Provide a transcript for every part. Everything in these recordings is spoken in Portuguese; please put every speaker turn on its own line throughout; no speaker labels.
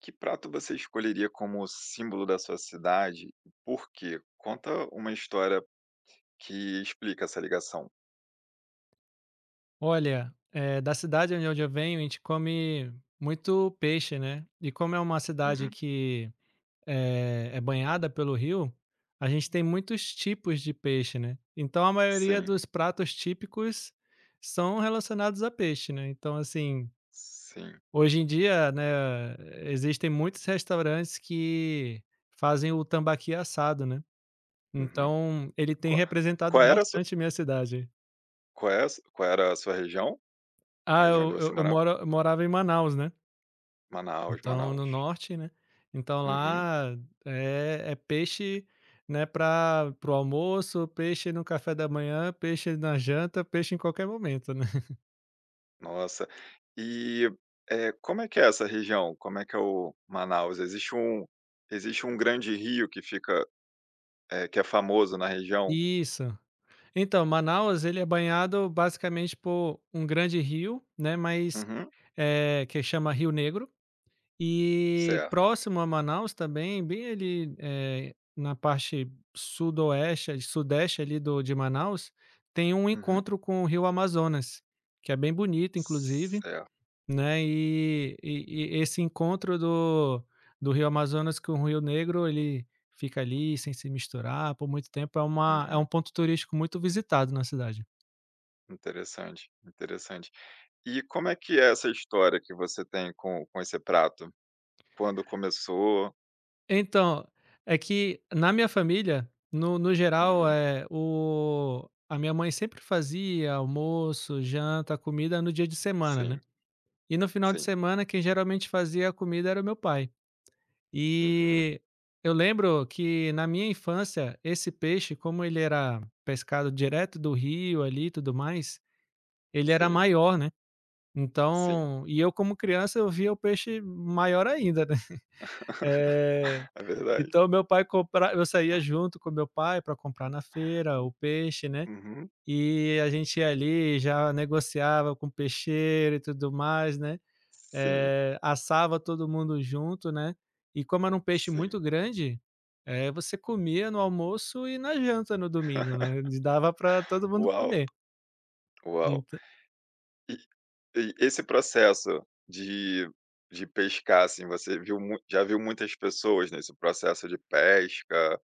Que prato você escolheria como símbolo da sua cidade e por quê? Conta uma história que explica essa ligação.
Olha, da cidade onde eu venho, a gente come muito peixe, né. E como é uma cidade
Uhum.
que, é banhada pelo rio, a gente tem muitos tipos de peixe, né. Então a maioria
Sim,
dos pratos típicos são relacionados a peixe, né. Então, assim,
sim.
hoje em dia, né, existem muitos restaurantes que fazem o tambaqui assado, né.
Uhum.
Então ele tem
Qua
representado
qual era a sua
bastante minha cidade.
Qual era a sua região? A
Ah,
região onde
eu
você
eu eu
morava?
moro eu morava em Manaus, né.
Manaus,
Então, no
Manaus.
norte, né, então
Uhum.
lá é peixe, né, para o almoço, peixe no café da manhã, peixe na janta, peixe em qualquer momento, né.
Nossa. E, como é que é essa região? Como é que é o Manaus? Existe um grande rio que fica, que é famoso na região?
Isso. Então, Manaus, ele é banhado basicamente por um grande rio, né, mas
Uhum.
é que chama Rio Negro. E
Certo.
próximo a Manaus também, bem ali, na parte sudoeste sudeste ali do de Manaus, tem um
Uhum.
encontro com o rio Amazonas, que é bem bonito inclusive,
Certo.
né, e esse encontro do rio Amazonas com o Rio Negro, ele fica ali sem se misturar por muito tempo, é uma é
Uhum.
um ponto turístico muito visitado na cidade.
Interessante, interessante. E como é que é essa história que você tem com esse prato? Quando começou?
Então, é que na minha família, no geral,
Uhum.
é o a minha mãe sempre fazia almoço, janta, comida no dia de semana, né.
Sim,
E no final de
sim.
semana quem geralmente fazia a comida era o meu pai.
Uhum.
E eu lembro que na minha infância esse peixe, como ele era pescado direto do rio ali e tudo mais, ele era
Sim,
maior, né.
sim.
Então e eu como criança eu via o peixe maior ainda, né. Eh
É verdade.
então meu pai compra eu saía junto com meu pai para comprar na feira o peixe, né,
Uhum.
e a gente ia ali, já negociava com o peixeiro e tudo mais, né,
Sim,
assava todo mundo junto, né, e como era um peixe
sim.
muito grande, você comia no almoço e na janta no domingo, né, dava para todo mundo
Uau,
comer.
uau.
Entã
E e esse processo de pescar, assim, você viu mui já viu muitas pessoas nesse processo de pesca?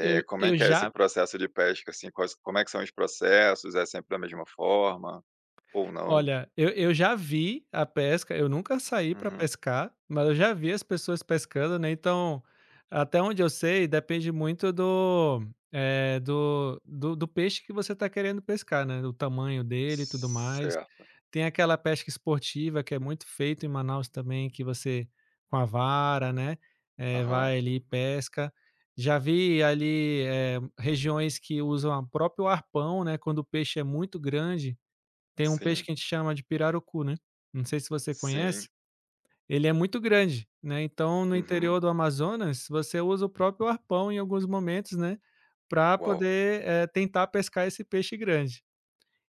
Como é
eu
que é esse
já
processo de pesca, assim? Quais Como é que são os processos? É sempre da mesma forma ou não?
Olha, eu já vi a pesca, eu nunca saí para
Uhum.
pescar, mas eu já vi as pessoas pescando, né, então, até onde eu sei, depende muito do, do do peixe que você está querendo pescar, né, o tamanho dele e tudo mais.
Certo.
Tem aquela pesca esportiva que é muito feito em Manaus também, que você com a vara, né,
Aham.
vai ali e pesca. Já vi ali, regiões que usam a próprio arpão, né, quando o peixe é muito grande, tem um peixe
Sim,
que a gente chama de pirarucu, né, não sei se você
sim.
conhece, ele é muito grande, né, então no
Uhum.
interior do Amazonas, você usa o próprio arpão em alguns momentos, né, para
Uau,
poder, tentar pescar esse peixe grande.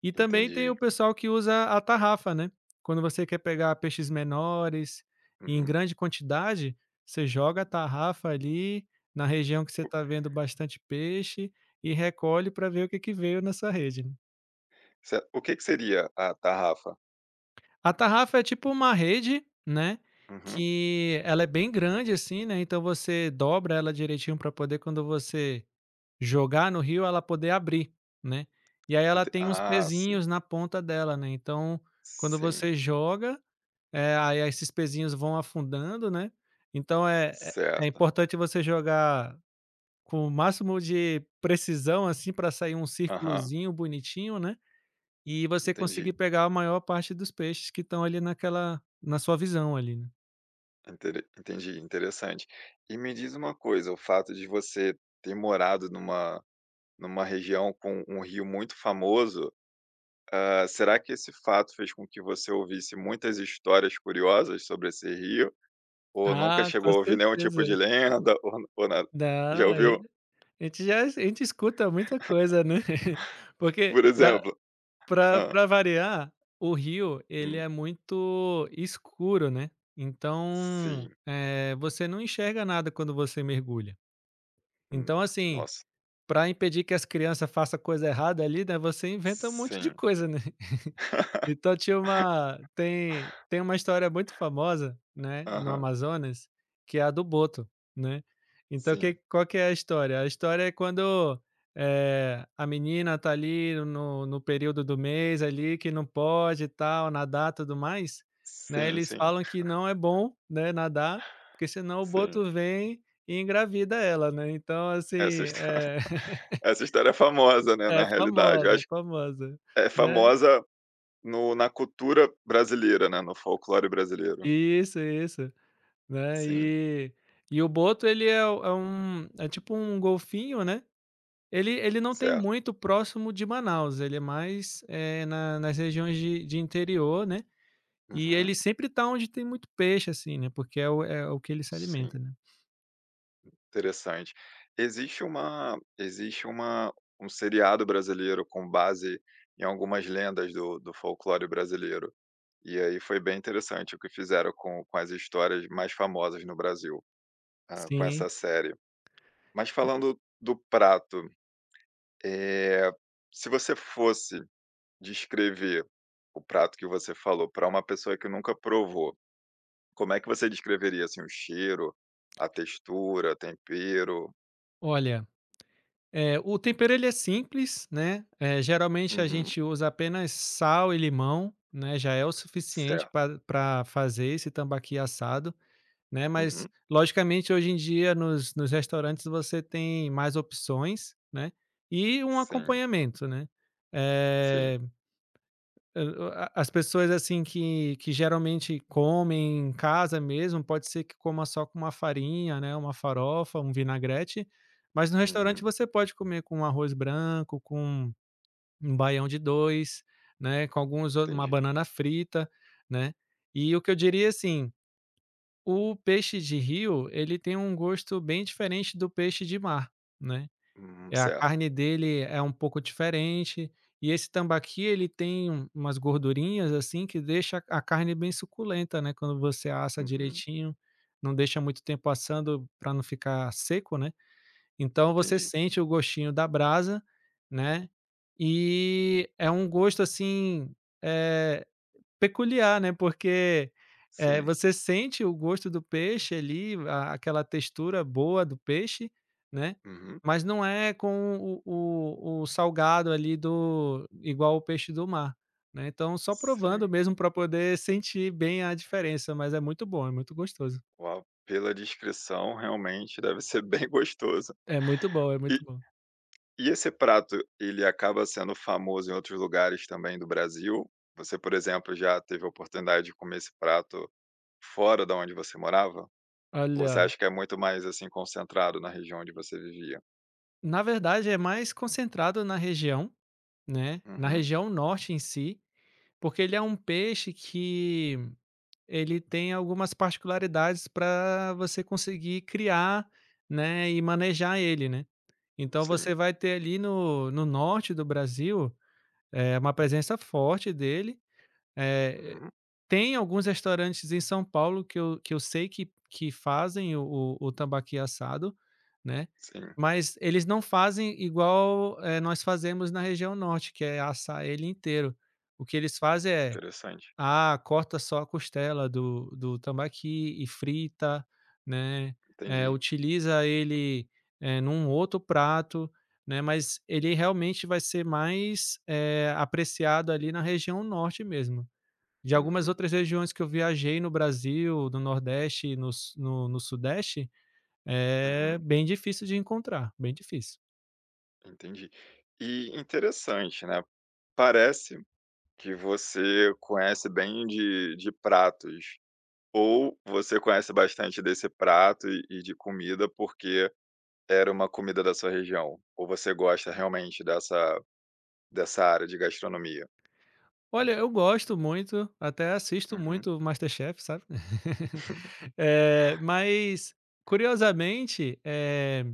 E também tem o
entendi.
pessoal que usa a tarrafa, né, quando você quer pegar peixes menores em
Uhum.
grande quantidade, você joga a tarrafa ali na região que você está vendo bastante peixe e recolhe para ver o que que veio nessa sua rede, né?
Certo, o que que seria a tarrafa?
A tarrafa é tipo uma rede, né,
Uhum.
que ela é bem grande, assim, né, então você dobra ela direitinho para poder quando você jogar no rio, ela poder abrir, né. E aí ela
Ente
tem uns
ah,
pezinhos
sim,
na ponta dela, né, então quando
sim,
você joga, aí esses pezinhos vão afundando, né, então é é
certo.
importante você jogar com o máximo de precisão, assim, para sair um
Aham,
círculozinho bonitinho, né. E você conseguir
entendi.
pegar a maior parte dos peixes que estão ali naquela na sua visão ali, né.
Intere entendi, interessante. E me diz uma coisa, o fato de você ter morado numa região com um rio muito famoso, ah, será que esse fato fez com que você ouvisse muitas histórias curiosas sobre esse rio? Ou nunca
Ah, com
chegou a ouvir nenhum tipo
certeza.
de lenda ou nada? Já
Não, é,
ouviu?
a gente já, a gente escuta muita coisa, né. Porque
Por
pra
exemplo.
pra
Hã.
pra variar, o rio ele
Hum.
é muito escuro, né, então,
Sim.
você não enxerga nada quando você mergulha.
Hum.
Então assim,
Nossa.
pra impedir que as criança faça coisa errada ali, né, você inventa um monte de
Sim.
coisa, né. Então tinha uma tem tem uma história muito famosa, né, no
Aham,
Amazonas, que é a do boto, né. Então,
sim,
que qual que é a história? A história é quando, a menina tá ali no período do mês ali, que não pode e tal, nadar e tudo mais, né,
sim,
eles
sim,
falam que não é bom, né, nadar, porque senão o
sim.
boto vem e engravida ela, né. Então assim,
Essa história
é
essa história é famosa, né, na realidade. Eu
é
acho que
famosa,
é
né.
famosa no na cultura brasileira, né, no folclore brasileiro.
Isso, isso. Né,
Sim,
e o boto ele é o é um é tipo um golfinho, né, ele não tem
certo.
muito próximo de Manaus, ele é mais, na nas regiões de interior, né, e ele
Uhum,
sempre tá onde tem muito peixe, assim, né, porque é o que ele se
sim.
alimenta, né.
Interessante. Existe uma Um seriado brasileiro com base em algumas lendas do folclore brasileiro, e aí foi bem interessante o que fizeram com as histórias mais famosas no Brasil, ah, com essa
Sim.
série. Mas falando do prato, eh, se você fosse descrever o prato que você falou para uma pessoa que nunca provou, como é que você descreveria, assim, o cheiro, a textura, tempero?
Olha, o tempero ele é simples, né, geralmente a
Uhum.
gente usa apenas sal e limão, né, já é o suficiente
Certo.
para pra fazer esse tambaqui assado. Né, mas
Uhum.
logicamente hoje em dia nos restaurantes você tem mais opções, né, e um
Sim,
acompanhamento, né.
sim.
Eh, o a as pessoas, assim, que geralmente comem em casa mesmo, pode ser que coma só com uma farinha, né, uma farofa, um vinagrete, mas no restaurante
Uhum,
você pode comer com arroz branco, com um baião de dois, né, com alguns ou uma
entendi.
banana frita, né. E o que eu diria, assim, o peixe de rio, ele tem um gosto bem diferente do peixe de mar, né. A
Certo.
carne dele é um pouco diferente, e esse tambaqui ele tem um umas gordurinhas, assim, que deixa a carne bem suculenta, né, quando você assa
Uhum,
direitinho, não deixa muito tempo assando para não ficar seco, né. Então você
entendi.
sente o gostinho da brasa, né, e é um gosto, assim, eh peculiar, né, porque,
Sim.
você sente o gosto do peixe ali, a aquela textura boa do peixe, né,
Uhum,
mas não é com o o salgado ali do igual o peixe do mar, né, então só provando
sim.
mesmo para poder sentir bem a diferença, mas é muito bom, é muito gostoso.
Uau, pela descrição, realmente deve ser bem gostoso.
É muito bom, é
E
muito bom.
e esse prato, ele acaba sendo famoso em outros lugares também do Brasil? Você, por exemplo, já teve a oportunidade de comer esse prato fora da onde você morava? Ou você
Olha,
acha que é muito mais, assim, concentrado na região onde você vivia?
na verdade é mais concentrado na região, né, na
Uhum,
região norte em si, porque ele é um peixe que ele tem algumas particularidades para você conseguir criar, né, e manejar ele, né. Então você
sim.
vai ter ali no norte do Brasil, uma presença forte dele, eh,
Uhum,
tem alguns restaurantes em São Paulo que eu sei que fazem o o tambaqui assado, né,
sim.
mas eles não fazem igual, nós fazemos na região norte, que é assar ele inteiro. O que eles fazem é
Interessante.
ah, corta só a costela do tambaqui e frita, né,
Entendi.
utiliza ele, num outro prato, né, mas ele realmente vai ser mais, apreciado ali na região norte mesmo. De algumas
Uhum,
outras regiões que eu viajei no Brasil, no nordeste e no su no no sudeste, é
uhum.
bem difícil de encontrar, bem difícil.
Entendi. E interessante, né, parece que você conhece bem de pratos, ou você conhece bastante desse prato e de comida porque era uma comida da sua região, ou você gosta realmente dessa área de gastronomia?
Olha, eu gosto muito, até assisto
Uhum,
muito MasterChef, sabe. Mas, curiosamente, eh,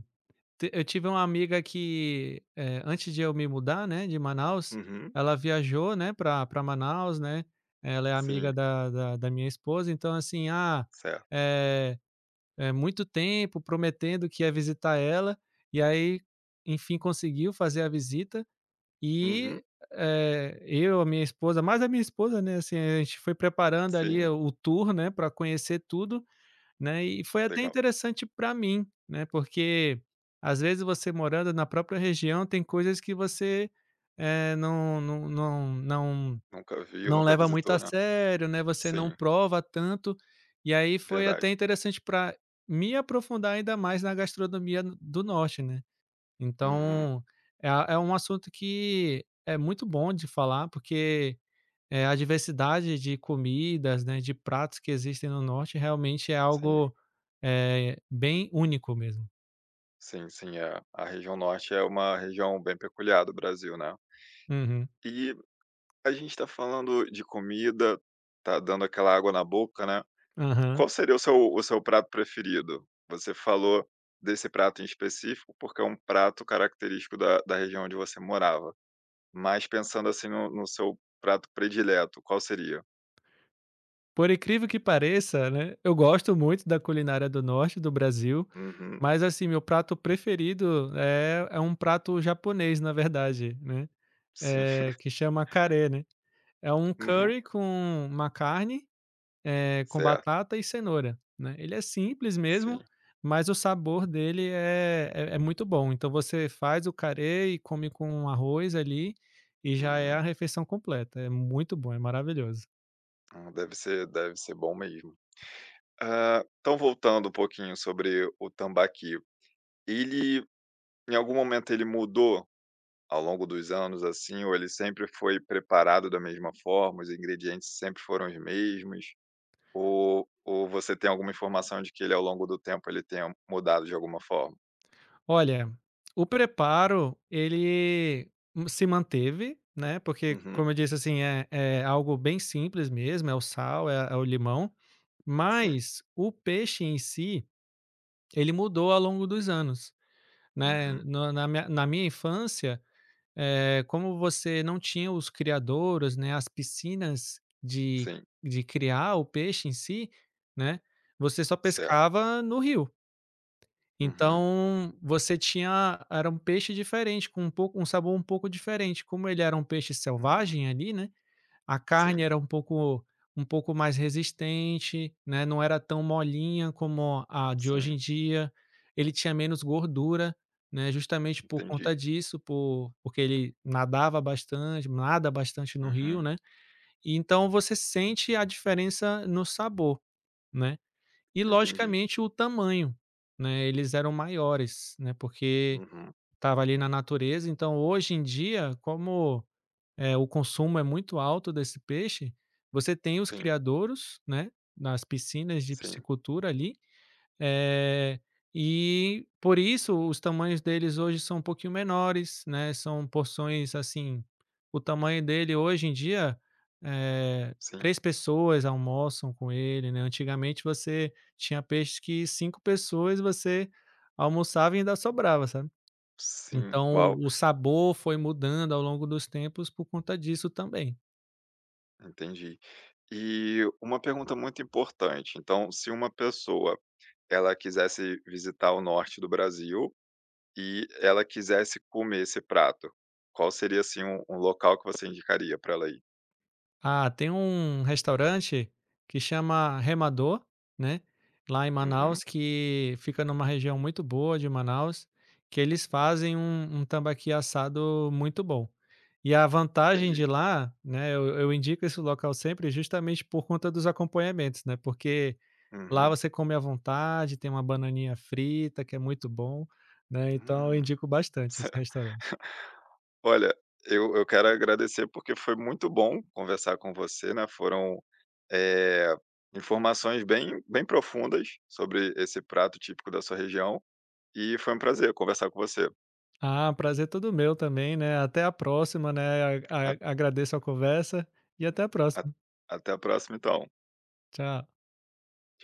te eu tive uma amiga que, antes de eu me mudar, né, de Manaus,
uhum,
ela viajou, né, para pra Manaus, né, ela é amiga
sim,
da minha esposa, então assim, ah,
certo.
eh muito tempo prometendo que ia visitar ela, e aí, enfim, conseguiu fazer a visita.
Uhum,
E, eu, a minha esposa, mais a minha esposa, né, assim, a gente foi preparando ali
sim,
o tour, né, para conhecer tudo, né, e foi até
legal.
interessante para mim, né, porque às vezes você morando na própria região tem coisas que você, eh, não não não não
Nunca viu,
não
nunca
leva muito
visitou,
a
né.
sério, né, você não
Sim,
prova tanto, e aí foi até
verdade.
interessante para me aprofundar ainda mais na gastronomia do norte, né.
Uhum,
Então, é a é um assunto que é muito bom de falar, porque, a diversidade de comidas, né, de pratos que existem no norte realmente é
sim,
algo, bem único mesmo.
sim, sim, é, a região norte é uma região bem peculiar do Brasil, né.
Uhum.
E a gente está falando de comida, tá dando aquela água na boca, né.
Aham.
Qual seria o seu prato preferido? Você falou desse prato em específico, porque é um prato característico da região onde você morava. Mas pensando, assim, no seu prato predileto, qual seria?
Por incrível que pareça, né, eu gosto muito da culinária do norte do Brasil,
Uhum,
mas, assim, meu prato preferido é um prato japonês, na verdade, né,
sim.
que chama carê, né. É um
Uhum,
curry com uma carne, com
certo,
batata e cenoura, né. Ele é simples
sim.
mesmo, mas o sabor dele é muito bom. Então você faz o carê e come com arroz ali, e já é
Uhum.
a refeição completa. É muito bom, é maravilhoso.
Ah, deve ser bom mesmo. Hã, então voltando um pouquinho sobre o tambaqui. Ele, em algum momento ele mudou ao longo dos anos, assim, ou ele sempre foi preparado da mesma forma, os ingredientes sempre foram os mesmos? Ou você tem alguma informação de que ele, ao longo do tempo, ele tenha mudado de alguma forma?
Olha, o preparo ele se manteve, né, porque
Uhum,
como eu disse, assim, é é algo bem simples mesmo, é o sal, é é o limão,
sim.
mas o peixe em si, ele mudou ao longo dos anos, né.
Uhum,
No na minha infância, como você não tinha os criadouros, né, as piscinas de
sim.
de criar o peixe em si, né, você só
Certo.
pescava no rio.
Uhum,
Então, você tinha era um peixe diferente, com um pouco um sabor um pouco diferente. Como ele era um peixe
uhum.
selvagem ali, né, a carne
Sim,
era um pouco mais resistente, né, não era tão molinha como a de
sim,
hoje em dia. Ele tinha menos gordura, né, justamente por conta
entendi.
disso, porque ele nada bastante no rio,
Uhum,
né, e então você sente a diferença no sabor, né. E
entendi.
logicamente o tamanho, né, eles eram maiores, né, porque
Uhum.
estava ali na natureza, então hoje em dia como, o consumo é muito alto desse peixe, você tem os
Sim,
criadouros, né, nas piscinas de
sim,
piscicultura ali, eh, e por isso os tamanhos deles hoje são um pouquinho menores, né, são porções assim, o tamanho dele hoje em dia,
sim,
3 pessoas almoçam com ele, né, antigamente você tinha peixes que 5 pessoas você almoçava e ainda sobrava, sabe?
sim.
Então,
Uau,
o sabor foi mudando ao longo dos tempos por conta disso também.
entendi. E uma pergunta muito importante, então, se uma pessoa ela quisesse visitar o norte do Brasil e ela quisesse comer esse prato, qual seria, assim, um local que você indicaria para ela ir?
Ah, tem um restaurante que chama Remador, né, lá em
Uhum,
Manaus, que fica numa região muito boa de Manaus, que eles fazem um tambaqui assado muito bom. E a vantagem de
entendi.
lá, né, eu indico esse local sempre justamente por conta dos acompanhamentos, né, porque lá
Uhum.
você come à vontade, tem uma bananinha frita, que é muito bom, né, então eu
Hum.
indico bastante
Ce
esse restaurante.
Olha, eu quero agradecer, porque foi muito bom conversar com você, né, foram, eh, informações bem profundas sobre esse prato típico da sua região, e foi um prazer conversar com você.
Ah, prazer todo meu também, né, até a próxima, né,
A
a agradeço a conversa e até a
a
próxima.
Até a próxima, então.
Tchau.